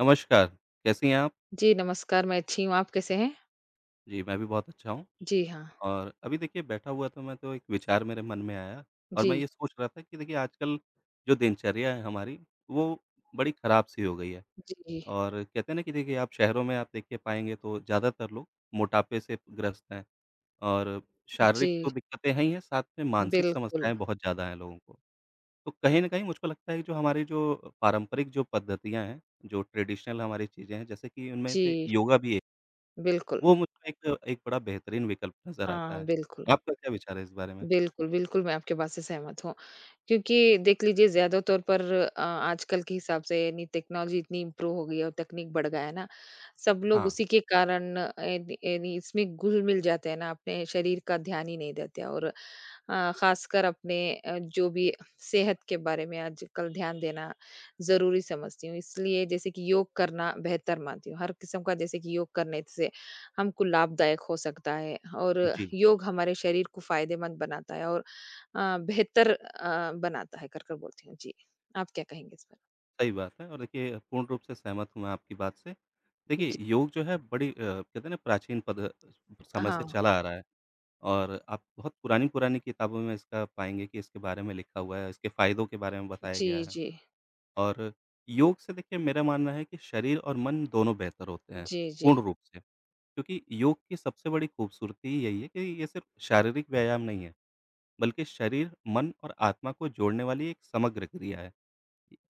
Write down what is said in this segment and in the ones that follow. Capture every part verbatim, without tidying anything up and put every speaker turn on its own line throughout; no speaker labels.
नमस्कार, कैसी हैं आप?
जी, नमस्कार, मैं अच्छी हूँ, आप कैसे हैं?
जी, मैं भी बहुत अच्छा हूँ।
जी हाँ।
और अभी देखिए बैठा हुआ था मैं तो एक विचार मेरे मन में आया। और
जी,
मैं ये सोच रहा था कि देखिए आजकल जो दिनचर्या है हमारी, वो बड़ी ख़राब-सी हो गई है।
जी,
और कहते हैं ना कि देखिए आप शहरों में आप देखिए पाएँगे तो ज़्यादातर लोग मोटापे से ग्रस्त हैं, और शारीरिक
जी,
तो दिक्कतें हैं ही हैं, साथ में मानसिक
बिल्कुल।
समस्याएँ बहुत ज़्यादा हैं लोगों को। तो कहीं न कहीं मुझको लगता है कि जो हमारी जो पारंपरिक जो पद्धतियाँ हैं, जो ट्रेडिशनल हमारी चीज़ें हैं, जैसे कि उनमें से
जी,
योगा भी,
बिल्कुल।
वो मुझको एक एक बड़ा बेहतरीन विकल्प नज़र आता
हाँ,
है।
बिल्कुल।
आपका क्या विचार है इस बारे में?
बिल्कुल, बिल्कुल, मैं आपकी बात से सहमत हूँ। क्योंकि देख लीजिए ज़्यादा तौर पर अ, आजकल के हिसाब से यानी टेक्नोलॉजी इतनी इम्प्रूव हो गई है और तकनीक बढ़ गया है ना, सब लोग
हाँ,
उसी के कारण अ, यानी यानी इसमें घुल-मिल जाते हैं ना, अपने शरीर का ध्यान ही नहीं देते और अ, ख़ासकर अपने अ, जो भी सेहत के बारे में आजकल ध्यान देना ज़रूरी समझती हूँ। इसलिए जैसे कि योग करना बेहतर मानती हूँ, हर किस्म का जैसे कि योग करने से हमको लाभदायक हो सकता है और
जी,
योग हमारे शरीर को फ़ायदेमंद बनाता है और अ, बेहतर अ, बनाता है, कर, कर बोलती हूँ। जी, आप क्या कहेंगे इस पर?
सही बात है और देखिए पूर्ण रूप से सहमत हूँ मैं आपकी बात से। देखिए
जी,
योग जो है बड़ी अ, कहते हैं ना प्राचीन पद समय से
हाँ।
चला आ रहा है, और आप बहुत पुरानी-पुरानी किताबों में इसका पाएँगे कि इसके बारे में लिखा हुआ है, इसके फ़ायदों के बारे में बताया
जी,
गया है।
जी।
और योग से देखिए मेरा मानना है कि शरीर और मन दोनों बेहतर होते हैं,
जी, जी।
पूर्ण रूप से। क्योंकि योग की सबसे बड़ी खूबसूरती यही है कि ये सिर्फ़ शारीरिक व्यायाम नहीं है। बल्कि शरीर, मन और आत्मा को जोड़ने वाली एक समग्र क्रिया है।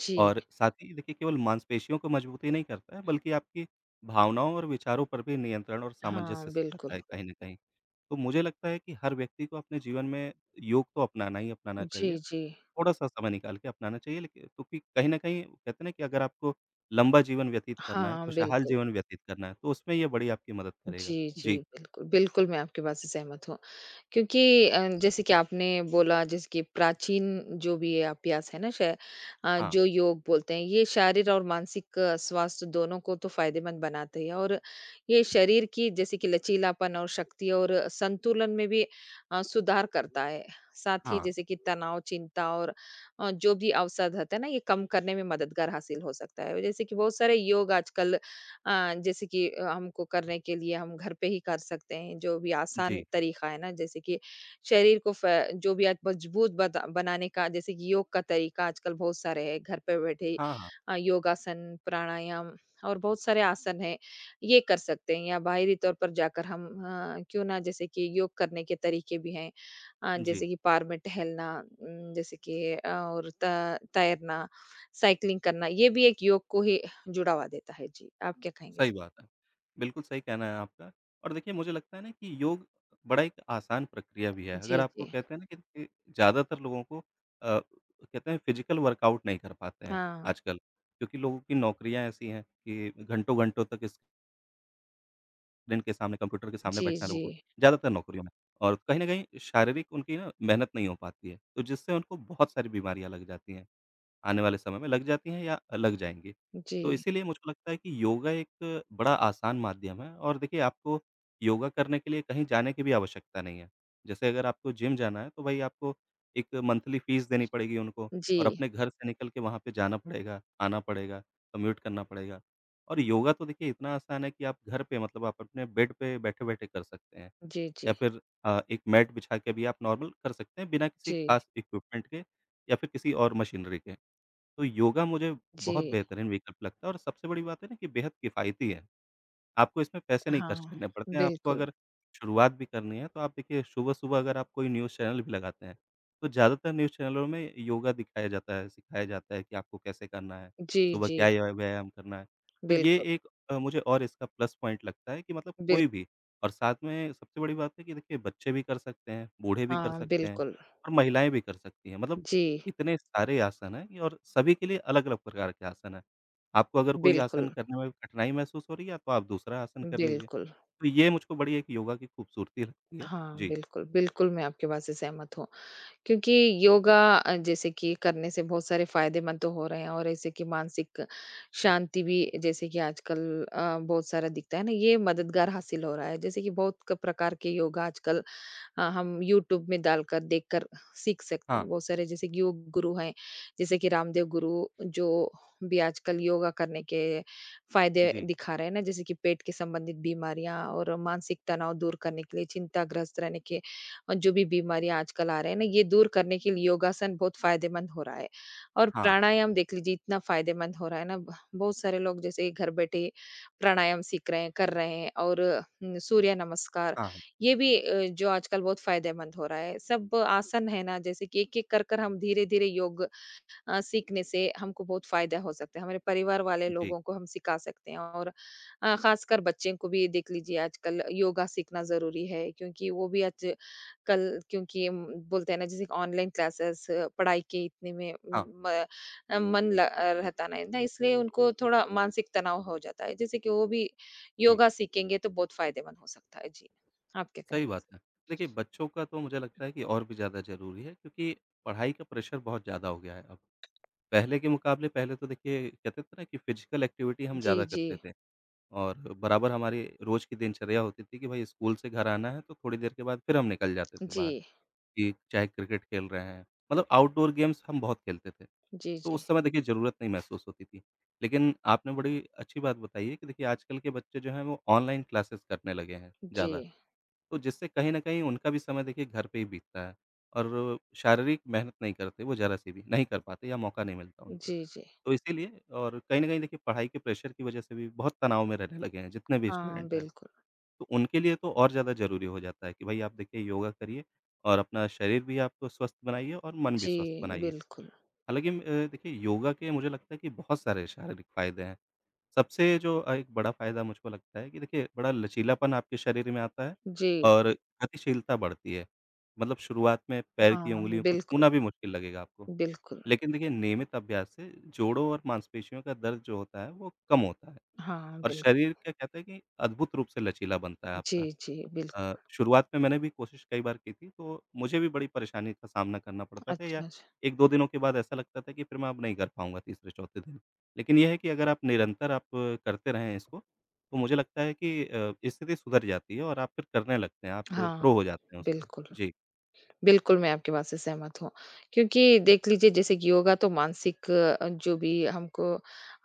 जी,
और साथ ही देखिए केवल मांसपेशियों को मजबूती नहीं करता है, बल्कि आपकी भावनाओं और विचारों पर भी नियंत्रण और
हाँ,
सामंजस्य सिखाता
बिल्कुल।
है कहीं न कहीं। तो मुझे लगता है कि हर व्यक्ति को अपने जीवन में योग तो अपनाना ही अपनाना चाहिए।
जी, जी।
थोड़ा-सा समय निकाल के अपनाना चाहिए, लेकिन क्योंकि कहीं न कहीं कहते हैं ना कि अगर आपको लंबा जीवन व्यतीत करना है,
हाँ,
खुशहाल
बिल्कुल।
जीवन व्यतीत करना है तो उसमें ये बड़ी आपकी मदद करेगा।
जी, जी,
जी।
बिल्कुल। बिल्कुल, मैं आपकी बात से सहमत हूँ। क्योंकि अ, जैसे कि आपने बोला जैसे कि प्राचीन जो भी ये अभ्यास है ना शाय- अ,
हाँ,
जो योग बोलते हैं ये शारीर और मानसिक अ, स्वास्थ्य दोनों को तो फायदेमंद बनाते हैं और ये शरीर की जैसे कि लचीलापन और शक्ति और संतुलन में भी अ, सुधार करता है साथ ही
हाँ।
जैसे कि तनाव चिंता और अ, जो भी अवसाद होता है ना ये कम करने में मददगार हासिल हो सकता है जैसे कि बहुत सारे योग आजकल अ, जैसे कि अ, हमको करने के लिए हम घर पे ही कर सकते हैं, जो भी आसान
जी।
तरीका है ना, जैसे कि शरीर को फ जो भी आज मजबूत बता बनाने का जैसे कि योग का तरीका आजकल बहुत सारे हैं, घर पे बैठे ही
हाँ, हाँ।
अ, योगासन, प्राणायाम और बहुत सारे आसन हैं, ये कर सकते हैं या बाहरी तौर पर जाकर हम अ, क्यों ना जैसे कि योग करने के तरीके भी हैं। अ,
जी।
जैसे कि पार में टहलना उम, जैसे कि अ, और त तैरना, साइक्लिंग करना, ये भी एक योग को ही जुड़ावा देता है। जी, आप क्या कहेंगे इस
सही
पर?
बात है। बिल्कुल सही कहना है आपका। और देखिए मुझे लगता है ना कि योग बड़ा एक आसान प्रक्रिया भी है।
जी,
अगर आपको
जी।
कहते हैं ना कि कि ज़्यादातर लोगों को अ, कहते हैं फिज़िकल वर्कआउट नहीं कर पाते हैं
हाँ।
आजकल, क्योंकि लोगों की नौकरियाँ ऐसी हैं कि घंटों-घंटों तक स्क्रीन के सामने, कंप्यूटर के सामने
जी,
बैठना है
जी।
लोगों को, ज़्यादातर नौकरियों में। और कहीं न कहीं शारीरिक उनकी ना मेहनत नहीं हो पाती है, तो जिससे उनको बहुत सारी बीमारियाँ लग जाती हैं। आने वाले समय में लग जाती हैं या लग जाएँगी।
जी।
तो इसीलिए मुझको लगता है कि योगा एक बड़ा आसान माध्यम है, और देखिए आपको योगा करने के लिए कहीं जाने की भी आवश्यकता नहीं है। जैसे अगर आपको जिम जाना है, तो भाई आपको एक मंथली फ़ीस देनी पड़ेगी उनको,
जी।
और अपने घर से निकल के वहाँ पे जाना पड़ेगा, आना पड़ेगा, कम्यूट करना पड़ेगा। और योगा तो देखिए इतना आसान है कि आप घर पे मतलब आप अपने बेड पे बैठे-बैठे कर सकते हैं,
जी,
या
जी।
फिर अ, एक मैट बिछा के भी आप नॉर्मल कर सकते हैं बिना किसी
जी।
खास इक्विपमेंट के या फिर किसी और मशीनरी के। तो योगा मुझे बहुत
जी।
बेहतरीन विकल्प लगता है, और सबसे बड़ी बात है ना कि बेहद किफ़ायती है। आपको इसमें पैसे नहीं खर्च
हाँ,
करने पड़ते हैं। आपको
बिल्कुल।
अगर शुरुआत भी करनी है तो आप देखिए सुबह-सुबह अगर आप कोई न्यूज़ चैनल भी लगाते हैं, तो ज़्यादातर न्यूज़ चैनलों में योगा दिखाया जाता है, सिखाया जाता है कि आपको कैसे करना है,
जी,
सुबह
जी।
क्या य व्यायाम करना है। तो ये
बिल्कुल,
एक अ, मुझे और इसका प्लस पॉइंट लगता है कि मतलब
बिल
कोई भी। और साथ में सबसे बड़ी बात है कि देखिए बच्चे भी कर सकते हैं, बूढ़े भी कर
हाँ,
सकते हैं
बिल्कुल।
और महिलाएँ भी कर सकती हैं। मतलब
जी,
इतने सारे आसन हैं ये, और सभी के लिए अलग-अलग प्रकार के आसन हैं। आपको अगर कोई
बिल्कुल,
आसन करने में कठिनाई महसूस हो रही है, तो आप दूसरा आसन कर लीजिए।
बिल्कुल।
तो ये मुझको बड़ी एक योगा की खूबसूरती लगती है।
हाँ,
जी,
बिल्कुल, बिल्कुल मैं आपकी बात से सहमत हूँ। क्योंकि योगा अ, जैसे कि करने से बहुत सारे फायदेमंद तो हो रहे हैं और ऐसे कि मानसिक शांति भी जैसे कि आजकल अ, बहुत सारा दिखता है ना ये मददगार हासिल हो रहा है जैसे कि बहुत क- प्रकार के योगा आजकल अ, हम यूट्यूब में डालकर देखकर सीख सकते
हाँ,
हैं। बहुत सारे जैसे कि योग गुरु हैं, जैसे कि रामदेव गुरु जो भी आजकल योगा करने के फायदे
जी,
दिखा रहे हैं ना, जैसे कि पेट के संबंधित बीमारियां और मानसिक तनाव दूर करने के लिए चिंताग्रस्त रहने के और जो भी बीमारियां आजकल आ रहे हैं ना, ये दूर करने के लिए योगासन बहुत फायदेमंद हो रहा है। और
हाँ,
प्राणायाम देख लीजिए इतना फायदेमंद हो रहा है ना, ब बहुत सारे लोग जैसे घर बैठे प्राणायाम सीख रहे हैं, कर रहे हैं और उम, सूर्य नमस्कार
हाँ, हाँ,
ये भी अ, जो आजकल बहुत फ़ायदेमंद हो रहा है। सब आसन है ना जैसे कि एक-एक कर-कर हम धीरे-धीरे योग अ, सीखने से हमको बहुत फायदा हो सकता है। हमारे परिवार वाले
जी,
लोगों को हम सिखा सकते हैं और अ, खासकर बच्चे को भी देख लीजिए आजकल योगा सीखना ज़रूरी है क्योंकि वो भी आज कल क्योंकि उम, बोलते हैं ना जैसे ऑनलाइन क्लासेस पढ़ाई के इतने में
हाँ,
म अ, मन ल अ, रहता नहीं ना इसलिए उनको थोड़ा मानसिक तनाव हो जाता है। जैसे कि वो भी
जी।
योगा सीखेंगे तो बहुत फायदेमंद हो सकता है। जी, आप क्या
सही
कहेंगे?
बात है। देखिए, बच्चों का तो मुझे लगता है कि और भी ज़्यादा ज़रूरी है, क्योंकि पढ़ाई का प्रेशर बहुत ज़्यादा हो गया है अब। पहले के मुकाबले पहले तो देखिए कहते थे ना कि फ़िज़िकल एक्टिविटी हम
जी,
ज़्यादा
जी।
करते थे, और बराबर हमारी रोज़ की दिनचर्या होती थी कि भई स्कूल से घर आना है, तो थोड़ी देर के बाद फिर हम निकल जाते थे
जी,
बाहर। कि चाहे क्रिकेट खेल रहे हैं, मतलब आउटडोर गेम्स हम बहुत खेलते थे।
जी,
तो
जी।
उस समय देखिए ज़रूरत नहीं महसूस होती थी। लेकिन आपने बड़ी अच्छी बात बताई है कि देखिए आजकल के बच्चे जो हैं वो ऑनलाइन क्लासेस करने लगे हैं
जी,
ज़्यादा।
जी,
तो जिससे कहीं न कहीं उनका भी समय देखिए घर पे ही बीतता है, और शारीरिक मेहनत नहीं करते वो ज़रा-सी भी, नहीं कर पाते या मौका नहीं मिलता उनको।
जी। जी
तो इसीलिए और कहीं न कहीं देखिए पढ़ाई के प्रेशर की वज़ह से भी बहुत तनाव में रहने लगे हैं जितने भी
हाँ,
स्टूडेंट हैं।
बिल्कुल।
तो उनके लिए तो और ज़्यादा ज़रूरी हो जाता है कि भई आप देखिए योगा करिए और अपना शरीर भी आप स्वस्थ बनाइए और मन भी
जी,
स्वस्थ बनाइए।
बिल्कुल।
हालाँकि म अ, देखिए योगा के मुझे लगता है कि बहुत सारे शारीरिक फ़ायदे हैं। सबसे जो अ, एक बड़ा फ़ायदा मुझको लगता है कि देखिए बड़ा लचीलापन आपके शरीर में आता है
जी,
और गतिशीलता बढ़ती है। मतलब शुरुआत में पैर की
हाँ,
उँगलियों को
बिल्कुल,
छूना भी मुश्किल लगेगा आपको।
बिल्कुल।
लेकिन देखिए नियमित अभ्यास से जोड़ों और मांसपेशियों का दर्द जो होता है वो कम होता है,
हाँ,
और
बिल्कुल।
शरीर क्या कहते हैं कि अद्भुत रूप से लचीला बनता है
जी,
आपका।
जी,
अ,
बिल्कुल।
शुरुआत में मैंने भी कोशिश कई बार की थी, तो मुझे भी बड़ी परेशानी का सामना करना पड़ता था, या
अच्छा, अच्छा।
एक दो दिनों के बाद ऐसा लगता था कि फिर मैं अब नहीं कर पाऊँगा तीसरे-चौथे दिन। लेकिन ये है कि अगर आप निरंतर आप करते रहें इसको, तो मुझे लगता है कि अ, स्थिति सुधर जाती है और आप फिर करने लगते हैं, आप
हाँ,
प्रो हो जाते हैं उसमें।
बिल्कुल।
जी।
बिल्कुल, मैं आपकी बात से सहमत हूँ। क्योंकि देख लीजिए जैसे कि योगा तो मानसिक अ, जो भी हमको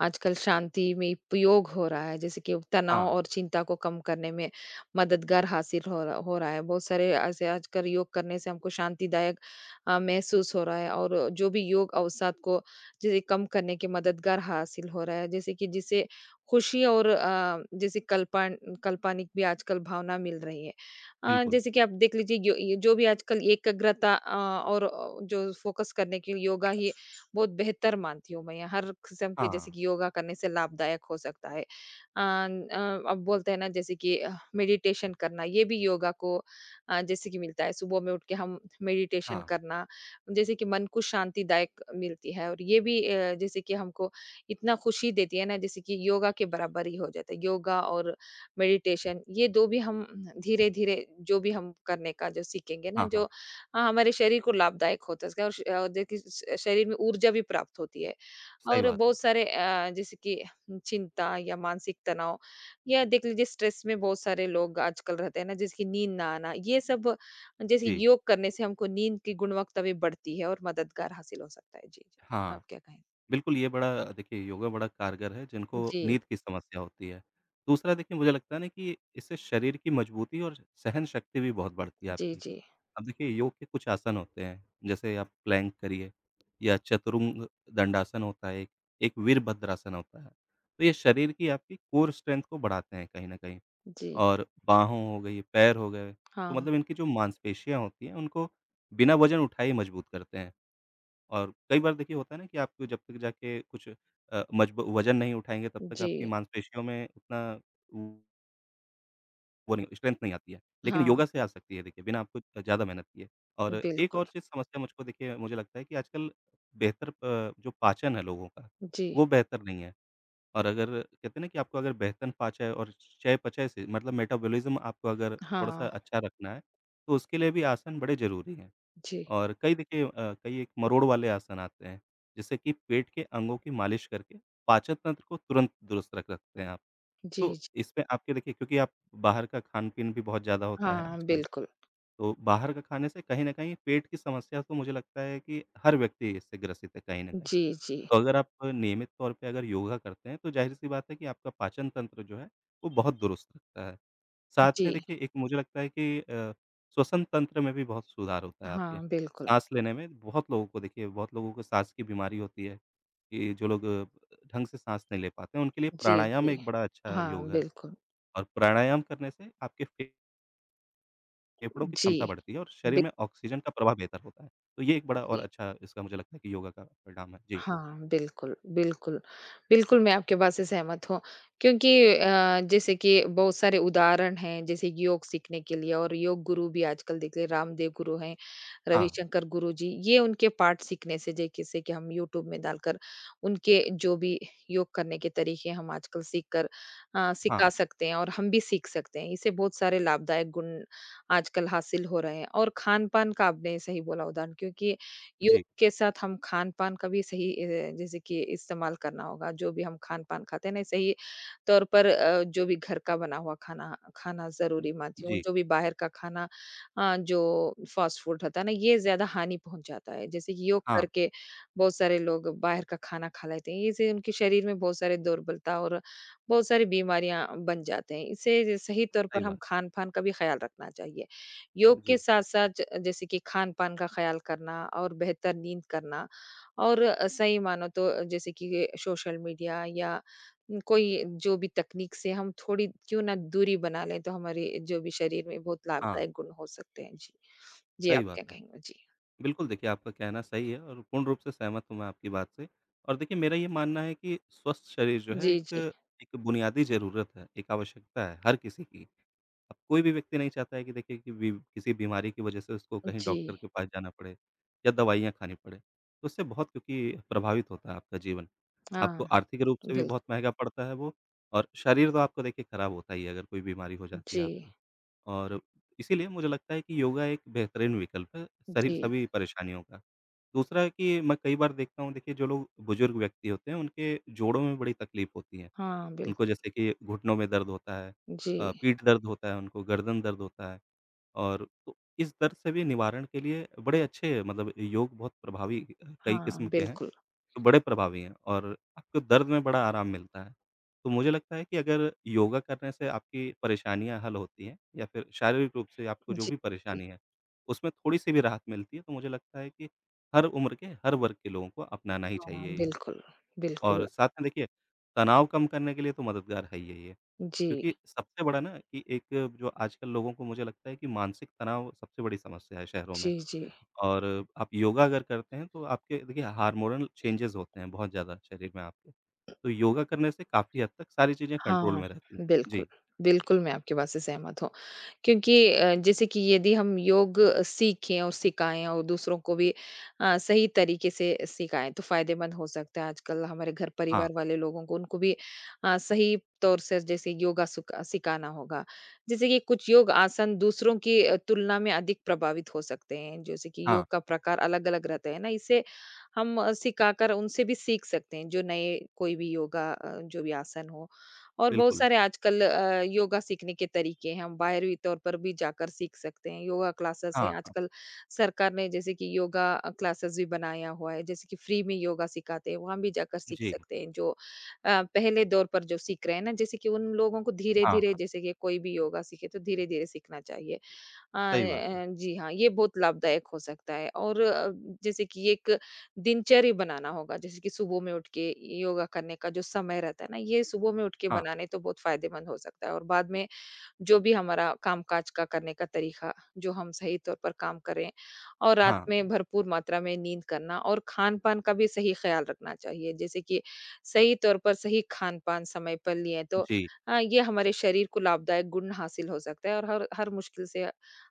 आजकल शांति में उपयोग हो रहा है, जैसे कि तनाव
हाँ,
और चिंता को कम करने में मददगार हासिल हो रहा हो रहा है। बहुत सारे ऐसे आजकल योग करने से हमको शांतिदायक अ, महसूस हो रहा है और जो भी योग अवसाद को जैसे कम करने के मददगार हासिल हो रहा है। जैसे कि जिसे खुशी और अ, जैसे कल्पन काल्पनिक भी आजकल भावना मिल रही है। अ,
बिल्कुल।
जैसे कि आप देख लीजिए यो ये जो भी आजकल एकाग्रता अ, और अ, जो फ़ोकस करने के लिए योगा ही बहुत बेहतर मानती हूँ मैं। हर किस्म के
हाँ,
जैसे कि योगा करने से लाभदायक हो सकता है। अ अ, अब बोलते हैं ना जैसे कि अ, मेडिटेशन करना ये भी योगा को अ, जैसे कि मिलता है सुबह में उठ के हम मेडिटेशन
हाँ,
करना, जैसे कि मन को शांतिदायक मिलती है और ये भी अ, जैसे कि हमको इतना खुशी देती है ना जैसे कि योगा के बराबर ही हो जाता है। योगा और मेडिटेशन ये दो भी हम धीरे-धीरे जो भी हम करने का जो सीखेंगे ना
हाँ,
जो
हाँ।
हाँ, हमारे शरीर को लाभदायक होता है इसका और श अ, देखिए श शरीर में ऊर्जा भी प्राप्त होती है।
सही
और
बात है।
बहुत सारे अ, जैसे कि चिंता या मानसिक तनाव या देख लीजिए स्ट्रेस में बहुत सारे लोग आजकल रहते हैं ना जिसकी नींद ना आना ये सब जैसे
जी,
योग करने से हमको नींद की गुणवत्ता भी बढ़ती है और मददगार हासिल हो सकता है। जी, जी। आप
हाँ।
क्या कहें?
बिल्कुल, ये बड़ा देखिए योगा बड़ा कारगर है जिनको
जी,
नींद की समस्या होती है। दूसरा देखिए मुझे लगता है ना कि इससे शरीर की मजबूती और सहन शक्ति भी बहुत बढ़ती है
जी,
आपकी।
जी,
अब देखिए योग के कुछ आसन होते हैं, जैसे आप प्लैंक करिए या चतुरंग दंडासन होता है एक, एक वीरभद्रासन होता है। तो ये शरीर की आपकी कोर स्ट्रेंथ को बढ़ाते हैं कहीं न कहीं,
जी।
और बाहों हो गई, पैर हो गए, तो
हाँ,
मतलब इनकी जो मांसपेशियाँ होती हैं उनको बिना वज़न उठाए ही मजबूत करते हैं। और कई बार देखिए होता है ना कि आपको जब तक जाके कुछ अ, मजबू वज़न नहीं उठाएँगे तब तक
जी,
आपकी मांसपेशियों में उतना वो नहीं स्ट्रेंथ नहीं आती है। लेकिन
हाँ,
योगा से आ सकती है देखिए, बिना आपको ज़्यादा मेहनत किए। और एक
बिल्कुल।
और चीज़ समस्या मुझको देखिए मुझे लगता है कि आजकल बेहतर अ, जो पाचन है लोगों का,
जी,
वो बेहतर नहीं है। और अगर कहते हैं ना कि आपको अगर बेहतर पाचय और चयापचय से मतलब मेटाबॉलिज़्म आपको अगर
हाँ,
थोड़ा-सा अच्छा रखना है, तो उसके लिए भी आसन बड़े ज़रूरी हैं।
जी,
और कई देखिए अ, कई एक मरोड़ वाले आसन आते हैं, जिससे कि पेट के अंगों की मालिश करके पाचन तंत्र को तुरंत दुरुस्त रख सकते हैं आप।
जी,
तो
जी,
इसमें आपके देखिए क्योंकि आप बाहर का खान-पीन भी बहुत ज़्यादा होता है
हाँ,
आजकल,
बिल्कुल।
तो बाहर का खाने से कहीं न कहीं पेट की समस्या तो मुझे लगता है कि हर व्यक्ति इससे ग्रसित है कहीं न कहीं।
जी, जी,
तो अगर आप नियमित तौर पे अगर योगा करते हैं, तो ज़ाहिर-सी बात है कि आपका पाचन तंत्र जो है, वो बहुत दुरुस्त रखता है। साथ
जी,
में देखिए एक मुझे लगता है कि अ, श्वसन तंत्र में भी बहुत सुधार होता है आपके।
हाँ, बिल्कुल।
साँस लेने में बहुत लोगों को देखिए बहुत लोगों को साँस की बीमारी होती है, कि जो लोग अ, ढंग से साँस नहीं ले पाते हैं, उनके लिए
जी,
प्राणायाम
जी,
एक बड़ा अच्छा
हाँ,
योग है।
बिल्कुल।
और प्राणायाम करने से आपके फे- फेफड़ों की
जी,
क्षमता बढ़ती है और शरीर में
बिल्कुल,
ऑक्सीजन का प्रवाह बेहतर होता है। तो ये एक बड़ा और
जी।
अच्छा इसका मुझे लगता है कि योगा का परिणाम है। जी।
हाँ, बिल्कुल, बिल्कुल। बिल्कुल, मैं आपके बात से सहमत हूँ क्योंकि अ, जैसे कि बहुत सारे उदाहरण हैं, जैसे कि योग सीखने के लिए और योग गुरु भी आजकल देख ले रामदेव गुरु हैं,
हाँ,
रविशंकर गुरु जी, ये उनके पाठ सीखने से जे किसे कि हम यूट्यूब में डालकर उनके जो भी योग करने के तरीके हम आजकल सीख कर अ, सिखा
हाँ।
सकते हैं और हम भी सीख सकते हैं। इससे बहुत सारे लाभदायक गुण आजकल हासिल हो रहे हैं और खान-पान का आपने सही बोला उदाहरण क्योंकि योग
जी।
के साथ हम खान-पान का भी सही अ, जैसे कि इस्तेमाल करना होगा, जो भी हम खान-पान खाते हैं ना, सही तौर पर अ, जो भी घर का बना हुआ खाना खाना ज़रूरी मानती हूँ,
जी,
जो भी बाहर का खाना अ, जो फ़ास्ट फ़ूड रहता है ना, ये ज़्यादा हानि पहुँचाता है। जैसे कि योग
हाँ,
करके बहुत सारे लोग बाहर का खाना खा लेते हैं, इससे उनके शरीर में बहुत सारे दुर्बलता और बहुत सारी बीमारियाँ बन जाते हैं। इसे सही तौर
सही
पर हम
बात।
खान-पान का भी ख़्याल रखना चाहिए। योग के
जी,
साथ-साथ ज जैसे कि खान-पान का ख़्याल करना और बेहतर नींद करना और अ, सही मानो तो अ, जैसे कि ये सोशल मीडिया या न, कोई जो भी तकनीक से हम थोड़ी क्यों ना दूरी बना लें, तो हमारे जो भी शरीर में बहुत
हाँ,
लाभदायक गुण हो सकते हैं। जी। जी, आप
सही
क्या
बात है।
कहेंगे? जी।
बिल्कुल देखिए, आपका कहना सही है और पूर्ण रूप से सहमत हूँ मैं आपकी बात से। और देखिए मेरा ये मानना है कि स्वस्थ शरीर जो है
जी,
एक
जी।
एक बुनियादी ज़रूरत है, एक आवश्यकता है हर किसी की। अब कोई भी व्यक्ति नहीं चाहता है कि देखिए कि बी किसी बीमारी की वजह से उसको कहीं
जी।
डॉक्टर के पास जाना पड़े या दवाइयाँ खानी पड़े। तो उससे बहुत क्योंकि प्रभावित होता है आपका जीवन।
हाँ,
आपको आर्थिक रूप से भी
बिल्कुल।
बहुत महँगा पड़ता है वो, और शरीर तो आपका देखिए खराब होता ही है अगर कोई बीमारी हो जाती
जी,
है आपको। और इसीलिए मुझे लगता है कि योगा एक बेहतरीन विकल्प है सरी
जी।
सभी परेशानियों का। दूसरा है कि मैं कई बार देखता हूँ देखिए जो लोग बुज़ुर्ग व्यक्ति होते हैं उनके जोड़ों में बड़ी तकलीफ़ होती है।
हाँ, बिल्कुल।
उनको जैसे कि घुटनों में दर्द होता है,
जी।
अ, पीठ दर्द होता है उनको, गर्दन दर्द होता है। और तो इस दर्द से भी निवारण के लिए बड़े अच्छे मतलब योग बहुत प्रभावी अ, कई
हाँ,
किस्म के हैं।
बिल्कुल।
तो बड़े प्रभावी हैं, और आपको दर्द में बड़ा आराम मिलता है। तो मुझे लगता है कि अगर योगा करने से आपकी परेशानियाँ हल होती हैं या फिर शारीरिक रूप से आपको जो
जी,
भी
जी।
परेशानी है, उसमें थोड़ी-सी भी राहत मिलती है, तो मुझे लगता है कि हर उम्र के, हर वर्ग के लोगों को अपनाना ही
हाँ,
चाहिए ये।
बिल्कुल,
और
बिल्कुल।
साथ में देखिए, तनाव कम करने के लिए तो मददगार है ही है ये।
जी,
क्योंकि सबसे बड़ा ना कि एक जो आजकल लोगों को मुझे लगता है कि मानसिक तनाव सबसे बड़ी समस्या है शहरों
जी,
में।
जी।
और आप योगा अगर करते हैं तो आपके देखिए हार्मोनल चेंजेज़ होते हैं बहुत ज़्यादा शरीर में आपके। तो योगा करने से काफ़ी हद तक सारी चीज़ें कंट्रोल
हाँ,
में रहती हैं।
बिल्कुल।
जी।
बिल्कुल, मैं आपकी बात से सहमत हूँ क्योंकि अ, जैसे कि यदि हम योग सीखें और सिखाएँ और दूसरों को भी अ, सही तरीके से सिखाएँ, तो फ़ायदेमंद हो सकता है। आजकल हमारे घर
हाँ,
परिवार वाले लोगों को उनको भी अ, सही तौर से जैसे योगा सुका सिखाना होगा। जैसे कि कुछ योग आसन दूसरों की अ, तुलना में अधिक प्रभावित हो सकते हैं, जैसे कि योग
हाँ,
का प्रकार अलग-अलग रहता है ना, इसे हम अ, सिखाकर उनसे भी सीख सकते हैं, जो नए कोई भी योगा अ, जो भी आसन हो। और बहुत
बिल्कुल।
सारे आजकल अ, योगा सीखने के तरीके हैं, हम बाहरी तौर पर भी जाकर सीख सकते हैं। योगा क्लासेस हैं,
हाँ, हाँ।
आजकल सरकार ने जैसे कि योगा अ, क्लासेस भी बनाया हुआ है, जैसे कि फ्री में योगा सिखाते हैं, वहाँ भी जाकर सीख
जी।
सकते हैं। जो अ, पहले दौर पर जो सीख रहे हैं ना, जैसे कि उन लोगों को
हाँ,
धीरे-धीरे
हाँ।
जैसे कि कोई भी योगा सीखे तो धीरे-धीरे सीखना चाहिए। अ
सही बात है।
अ, जी हाँ, ये बहुत लाभदायक हो सकता है और अ, जैसे कि एक दिनचर्या बनाना होगा, जैसे कि सुबह में उठ के योगा करने का जो समय रहता है ना, ये सुबह में उठ के
हाँ,
बनाने तो बहुत फ़ायदेमंद हो सकता है और बाद में जो भी हमारा कामकाज का करने का तरीका, जो हम सही तौर पर काम करें और रात
हाँ,
में
हाँ।
भरपूर मात्रा में नींद करना और खान-पान का भी सही ख़्याल रखना चाहिए। जैसे कि सही तौर पर सही खान-पान समय पर लिए तो
जी।
अ, ये हमारे शरीर को लाभदायक गुण हासिल हो सकता है और हर हर मुश्किल से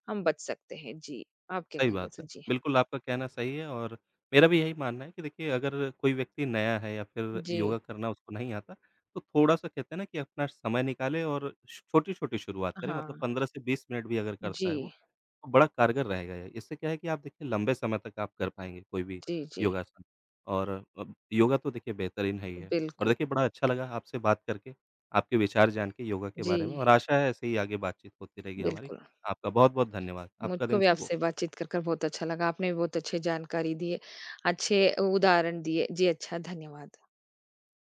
हम बच सकते हैं। जी, आप क्या
सही
कहेंगे
बात
इस
है।
जी,
बिल्कुल, आपका कहना सही है, और मेरा भी यही मानना है कि देखिए अगर कोई व्यक्ति नया है या फिर
जी।
योगा करना उसको नहीं आता, तो थोड़ा-सा कहते हैं ना कि अपना समय निकाले और छ छोटी-छोटी शुरुआत करें
हाँ,
मतलब पंद्रह से बीस मिनट भी अगर
जी,
करता है वो, तो बड़ा कारगर रहेगा ये। इससे क्या है कि आप देखिए लंबे समय तक आप कर पाएँगे कोई भी
जी, जी।
योगासन। और अब योगा तो देखिए बेहतरीन है ही है। और
बिल्कुल।
देखिए बड़ा अच्छा लगा आपसे बात करके, आपके विचार जान के योगा के बारे में,
जी,
और आशा है ऐसे ही आगे बातचीत होती रहेगी हमारी।
बिल्कुल।
आपका बहुत-बहुत धन्यवाद। आपका
मुझको
दिन
भी
शुभ हो।
आपसे बातचीत कर कर बहुत अच्छा लगा। आपने भी बहुत अच्छी जानकारी दी है, अच्छे उदाहरण दिए। जी अच्छा, धन्यवाद।